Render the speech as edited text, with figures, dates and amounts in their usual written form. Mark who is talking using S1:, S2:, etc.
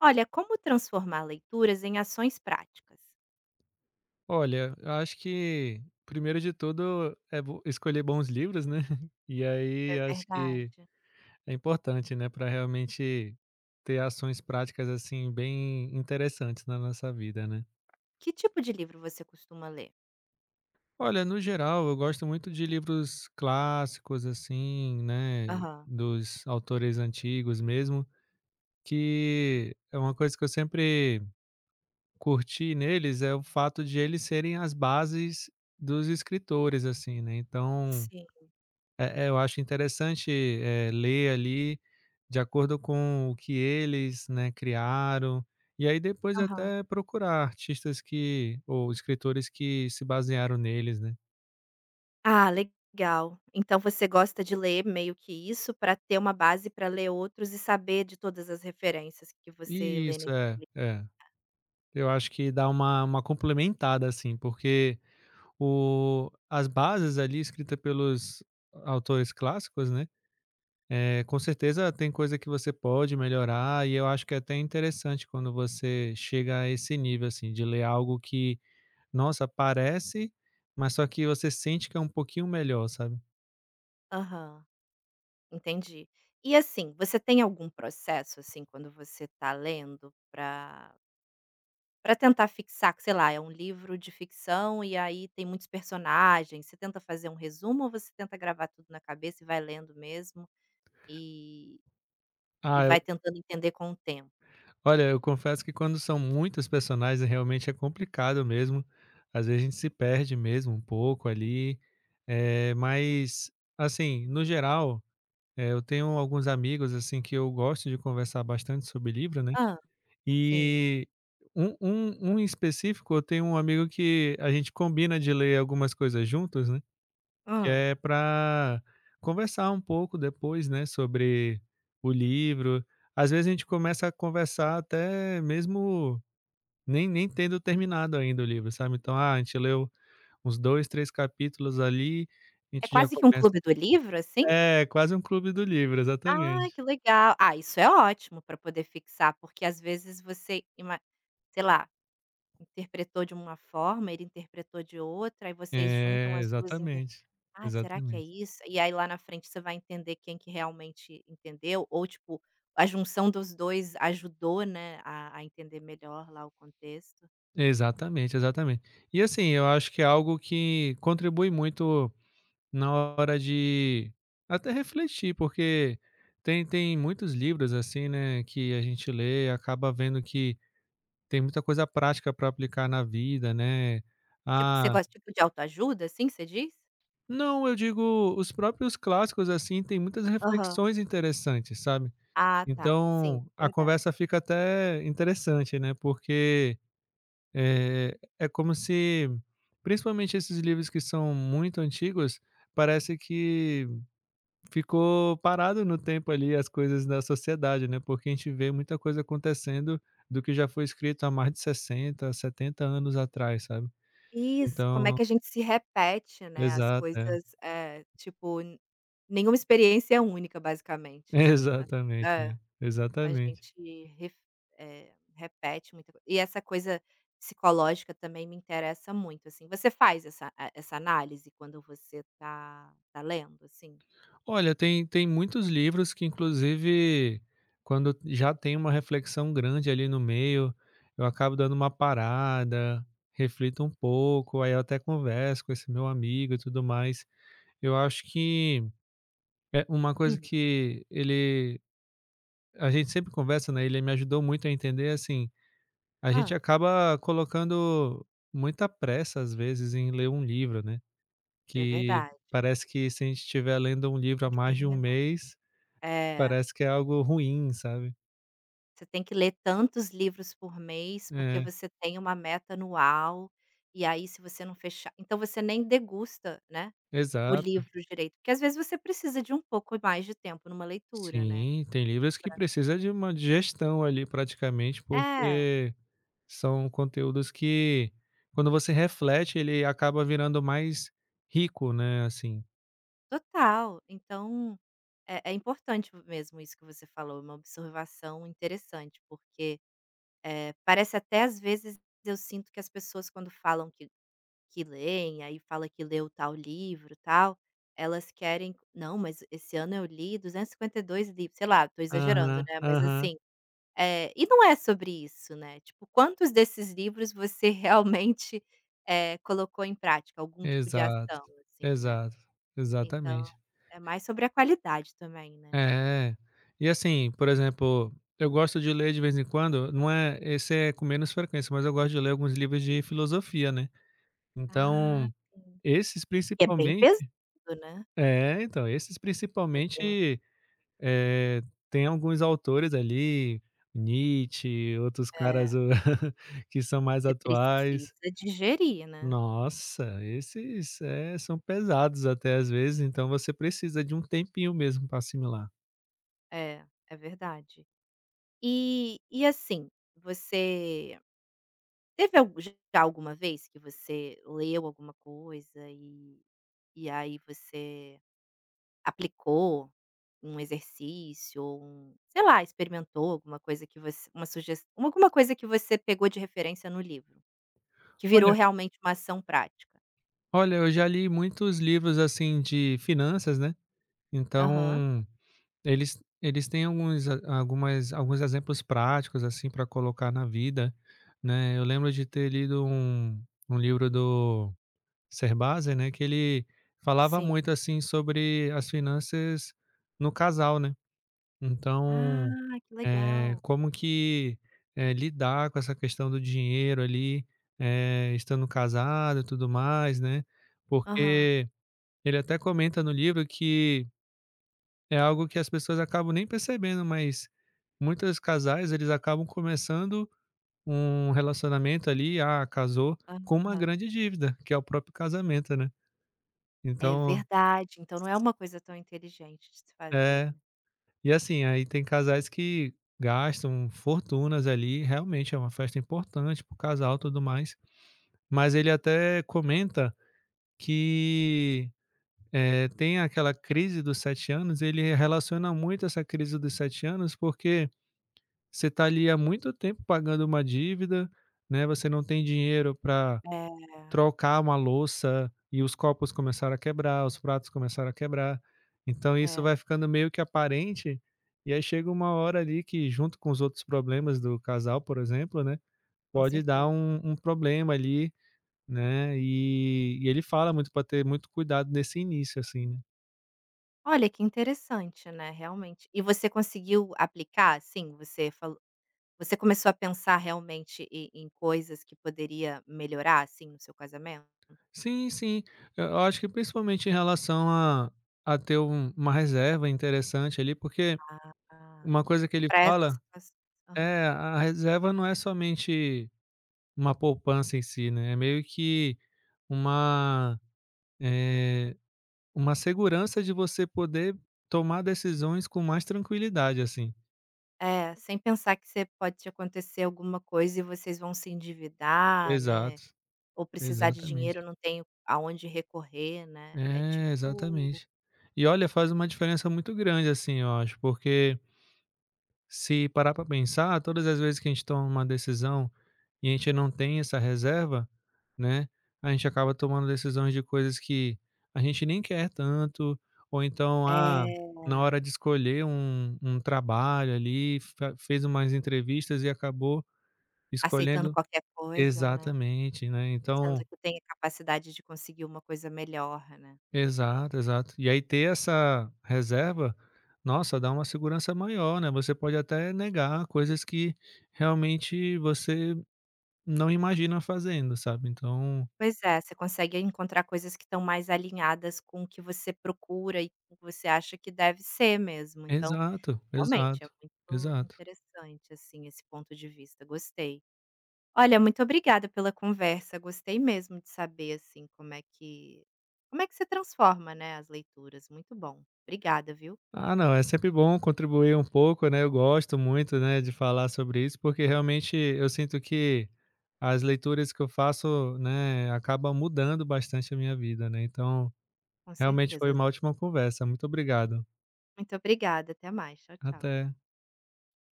S1: Olha, como transformar leituras em ações práticas?
S2: Olha, eu acho que primeiro de tudo é bo escolher bons livros, né. E
S1: É
S2: aí acho que
S1: verdade.
S2: é importante, né, para realmente ter ações práticas, assim, bem interessantes na nossa vida, né.
S1: Que tipo de livro você costuma ler?
S2: Olha, no geral eu gosto muito de livros clássicos, assim, né,
S1: Aham.
S2: dos autores antigos mesmo, que é uma coisa que eu sempre curti neles é o fato de eles serem as bases dos escritores, assim, né. Então
S1: Sim,
S2: É, eu acho interessante, ler ali de acordo com o que eles, né, criaram, e aí depois
S1: aham.
S2: até procurar artistas que ou escritores que se basearam neles, né.
S1: Ah, legal. Então você gosta de ler meio que isso para ter uma base para ler outros e saber de todas as referências que você lê
S2: Isso,
S1: nesse
S2: é, é. Eu acho que dá uma complementada, assim, porque o as bases ali escrita pelos autores clássicos, né, com certeza tem coisa que você pode melhorar, e eu acho que é até interessante quando você chega a esse nível, assim, de ler algo que, nossa, parece, mas só que você sente que é um pouquinho melhor, sabe.
S1: aham, Entendi. E assim, você tem algum processo, assim, quando você tá lendo para Pra tentar fixar que, sei lá, é um livro de ficção e aí tem muitos personagens, você tenta fazer um resumo ou você tenta gravar tudo na cabeça e vai lendo mesmo e e
S2: Ah, eu
S1: vai tentando entender com o tempo?
S2: olha, eu confesso que quando são muitos personagens, realmente é complicado mesmo. Às vezes a gente se perde mesmo um pouco ali, mas, assim, no geral, eu tenho alguns amigos, assim, que eu gosto de conversar bastante sobre livro, né,
S1: Hã, sim.
S2: e um em específico, eu tenho um amigo que a gente combina de ler algumas coisas juntos, né. Que
S1: Hã.
S2: é para conversar um pouco depois, né, sobre o livro. Às vezes a gente começa a conversar até mesmo nem tendo terminado ainda o livro, sabe. Então, ah, a gente leu uns 2, 3 capítulos ali, a
S1: É
S2: gente já
S1: quase que um
S2: começa.
S1: clube do livro, assim?
S2: É, quase um clube do livro,
S1: Ah,
S2: exatamente.
S1: que legal. Ah, isso é ótimo pra poder fixar, porque às vezes você ima, sei lá, interpretou de uma forma, ele interpretou de outra, aí vocês juntam
S2: É,
S1: as 2 inter.
S2: exatamente,
S1: Ah, será que é
S2: exatamente.
S1: isso? E aí lá na frente você vai entender quem que realmente entendeu, ou tipo, a junção dos 2 ajudou, né, a entender melhor lá o contexto.
S2: Exatamente, exatamente. E assim, eu acho que é algo que contribui muito na hora de até refletir, porque tem muitos livros, assim, né, que a gente lê e acaba vendo que tem muita coisa prática para aplicar na vida, né.
S1: Tipo,
S2: Ah,
S1: você gosta tipo de autoajuda, assim, você diz?
S2: não, eu digo os próprios clássicos, assim, tem muitas
S1: Aham.
S2: reflexões interessantes, sabe.
S1: Ah tá, sim,
S2: Então a
S1: verdade.
S2: conversa fica até interessante, né, porque é como se, principalmente esses livros que são muito antigos, parece que ficou parado no tempo ali as coisas da sociedade, né, porque a gente vê muita coisa acontecendo do que já foi escrito há mais de 60, 70 anos atrás, sabe.
S1: Isso, como é
S2: Então
S1: que a gente se repete, né, as
S2: exato, é.
S1: coisas, tipo, n- nenhuma experiência é única basicamente, né. A
S2: Exatamente,
S1: é.
S2: né,
S1: A
S2: exatamente.
S1: gente ref, repete muita coi e essa coisa psicológica também me interessa muito, assim. Você faz essa a essa análise quando você tá lendo, assim?
S2: Olha, tem muitos livros que inclusive, quando já tem uma reflexão grande ali no meio, eu acabo dando uma parada, reflito um pouco, aí eu até converso com esse meu amigo e tudo mais. Eu acho que é uma coisa
S1: Uhum.
S2: que ele, a gente sempre conversa, né, ele me ajudou muito a entender, assim, a
S1: "Hã,
S2: gente acaba colocando muita pressa, às vezes, em ler um livro, né,
S1: é
S2: que
S1: verdade,
S2: parece que se a gente estiver lendo um livro
S1: tem
S2: há
S1: que
S2: mais de um
S1: terminar".
S2: mês,
S1: É,
S2: parece que é algo ruim, sabe.
S1: você tem que ler tantos livros por mês, porque
S2: É,
S1: você tem uma meta anual, e aí se você não fechar então você nem degusta, né, o
S2: exato.
S1: livro direito, porque às vezes você precisa de um pouco mais de tempo numa leitura, né.
S2: Sim, tem livros que precisa de uma digestão ali, praticamente,
S1: É,
S2: porque são conteúdos que, quando você reflete, ele acaba virando mais rico, né, assim.
S1: total. Então é, é importante mesmo isso que você falou, é uma observação interessante, porque parece até às vezes eu sinto que as pessoas quando falam que leem, aí fala que leu tal livro, tal, elas querem, não, mas esse ano eu li 252 livros, sei lá, tô exagerando,
S2: Aham,
S1: né? Mas
S2: aham.
S1: assim, e não é sobre isso, né? Tipo, quantos desses livros você realmente, colocou em prática, algum tipo de
S2: Exato,
S1: ação, assim, né?
S2: exato,
S1: Então,
S2: exatamente.
S1: é mais sobre a qualidade também, né?
S2: É, e assim, por exemplo, eu gosto de ler de vez em quando, não é esse é com menos frequência, mas eu gosto de ler alguns livros de filosofia, né.
S1: Ah,
S2: Então,
S1: sim.
S2: esses
S1: Que é bem
S2: principalmente.
S1: pesado, né.
S2: É, então, esses
S1: É denso.
S2: principalmente, eh, tem alguns autores ali, Nietzsche, outros
S1: É,
S2: caras o que são mais
S1: você
S2: atuais.
S1: precisa digerir, né.
S2: Nossa, esses, são pesados até às vezes, então você precisa de um tempinho mesmo para assimilar.
S1: É, é verdade. E assim, você teve algu, já alguma vez que você leu alguma coisa e aí você aplicou um exercício ou um, sei lá, experimentou alguma coisa que você, uma sugestão, alguma coisa que você pegou de referência no livro, que virou
S2: Olha
S1: realmente uma ação prática?
S2: olha, eu já li muitos livros, assim, de finanças, né,
S1: Aham,
S2: então eles têm alguns a- algumas alguns exemplos práticos, assim, para colocar na vida, né. Eu lembro de ter lido um livro do Serbazer, né, que ele falava
S1: sim.
S2: muito, assim, sobre as finanças no casal, né. Então,
S1: Ah, que legal.
S2: como que, lidar com essa questão do dinheiro ali, estando casado e tudo mais, né.
S1: Aham,
S2: Porque ele até comenta no livro que é algo que as pessoas acabam nem percebendo, mas muitos casais, eles acabam começando um relacionamento ali, ah, casou, com uma
S1: aham.
S2: grande dívida, que é o próprio casamento, né.
S1: É
S2: Então
S1: verdade, então não é uma coisa tão inteligente de se fazer,
S2: é.
S1: né.
S2: E assim, aí tem casais que gastam fortunas ali, realmente é uma festa importante para o casal, e tudo mais. Mas ele até comenta que, tem aquela crise dos 7 anos, ele relaciona muito essa crise dos 7 anos, porque você está ali há muito tempo pagando uma dívida, né, você não tem dinheiro para trocar uma louça e os copos começaram a quebrar, os pratos começaram a quebrar. Então
S1: É,
S2: isso
S1: é,
S2: vai ficando meio que aparente, e aí chega uma hora ali que, junto com os outros problemas do casal, por exemplo, né,
S1: com
S2: pode dar
S1: certeza.
S2: um problema ali, né, e ele fala muito para ter muito cuidado nesse início, assim, né.
S1: Olha, que interessante, né, realmente. E você conseguiu aplicar, assim? Você falou, você começou a pensar realmente em em coisas que poderia melhorar, assim, no seu casamento?
S2: Sim, sim. Eu acho que principalmente em relação a ter uma reserva interessante ali, porque
S1: Ah,
S2: uma coisa que ele
S1: pra essas
S2: fala
S1: situações. Aham.
S2: é, a reserva não é somente uma poupança em si, né, é meio que uma, eh, uma segurança de você poder tomar decisões com mais tranquilidade, assim.
S1: É, sem pensar que você pode te acontecer alguma coisa e vocês vão se endividar, né.
S2: Exato,
S1: Ou precisar de
S2: exatamente.
S1: dinheiro, não tenho aonde recorrer, né. É
S2: É,
S1: tipo
S2: exatamente. E olha, faz uma diferença muito grande, assim, eu acho, porque, se parar para pensar, ah, todas as vezes que a gente toma uma decisão e a gente não tem essa reserva, né, a gente acaba tomando decisões de coisas que a gente nem quer tanto, ou então, ah,
S1: é,
S2: na hora de escolher um trabalho ali, fa fez umas entrevistas e acabou
S1: aceitando
S2: escolhendo,
S1: qualquer coisa, né,
S2: exatamente, né,
S1: sendo
S2: então
S1: que tem a capacidade de conseguir uma coisa melhor, né.
S2: exato, exato. E aí ter essa reserva, nossa, dá uma segurança maior, né, você pode até negar coisas que realmente você não imagina fazendo, sabe, então
S1: Pois é, você consegue encontrar coisas que estão mais alinhadas com o que você procura e com o que você acha que deve ser mesmo. Então,
S2: exato,
S1: realmente é
S2: exato,
S1: muito
S2: exato.
S1: interessante, assim, esse ponto de vista, gostei. Olha, muito obrigada pela conversa. Gostei mesmo de saber, assim, como é que, como é que você transforma, né, as leituras. Muito bom. Obrigada, viu.
S2: Ah, não, é sempre bom contribuir um pouco, né, eu gosto muito, né, de falar sobre isso, porque realmente eu sinto que as leituras que eu faço, né, acaba mudando bastante a minha vida, né, então
S1: Com
S2: realmente foi
S1: certeza.
S2: uma ótima conversa. Muito obrigado.
S1: Muito obrigada. Até mais. Tchau, tchau.
S2: Até.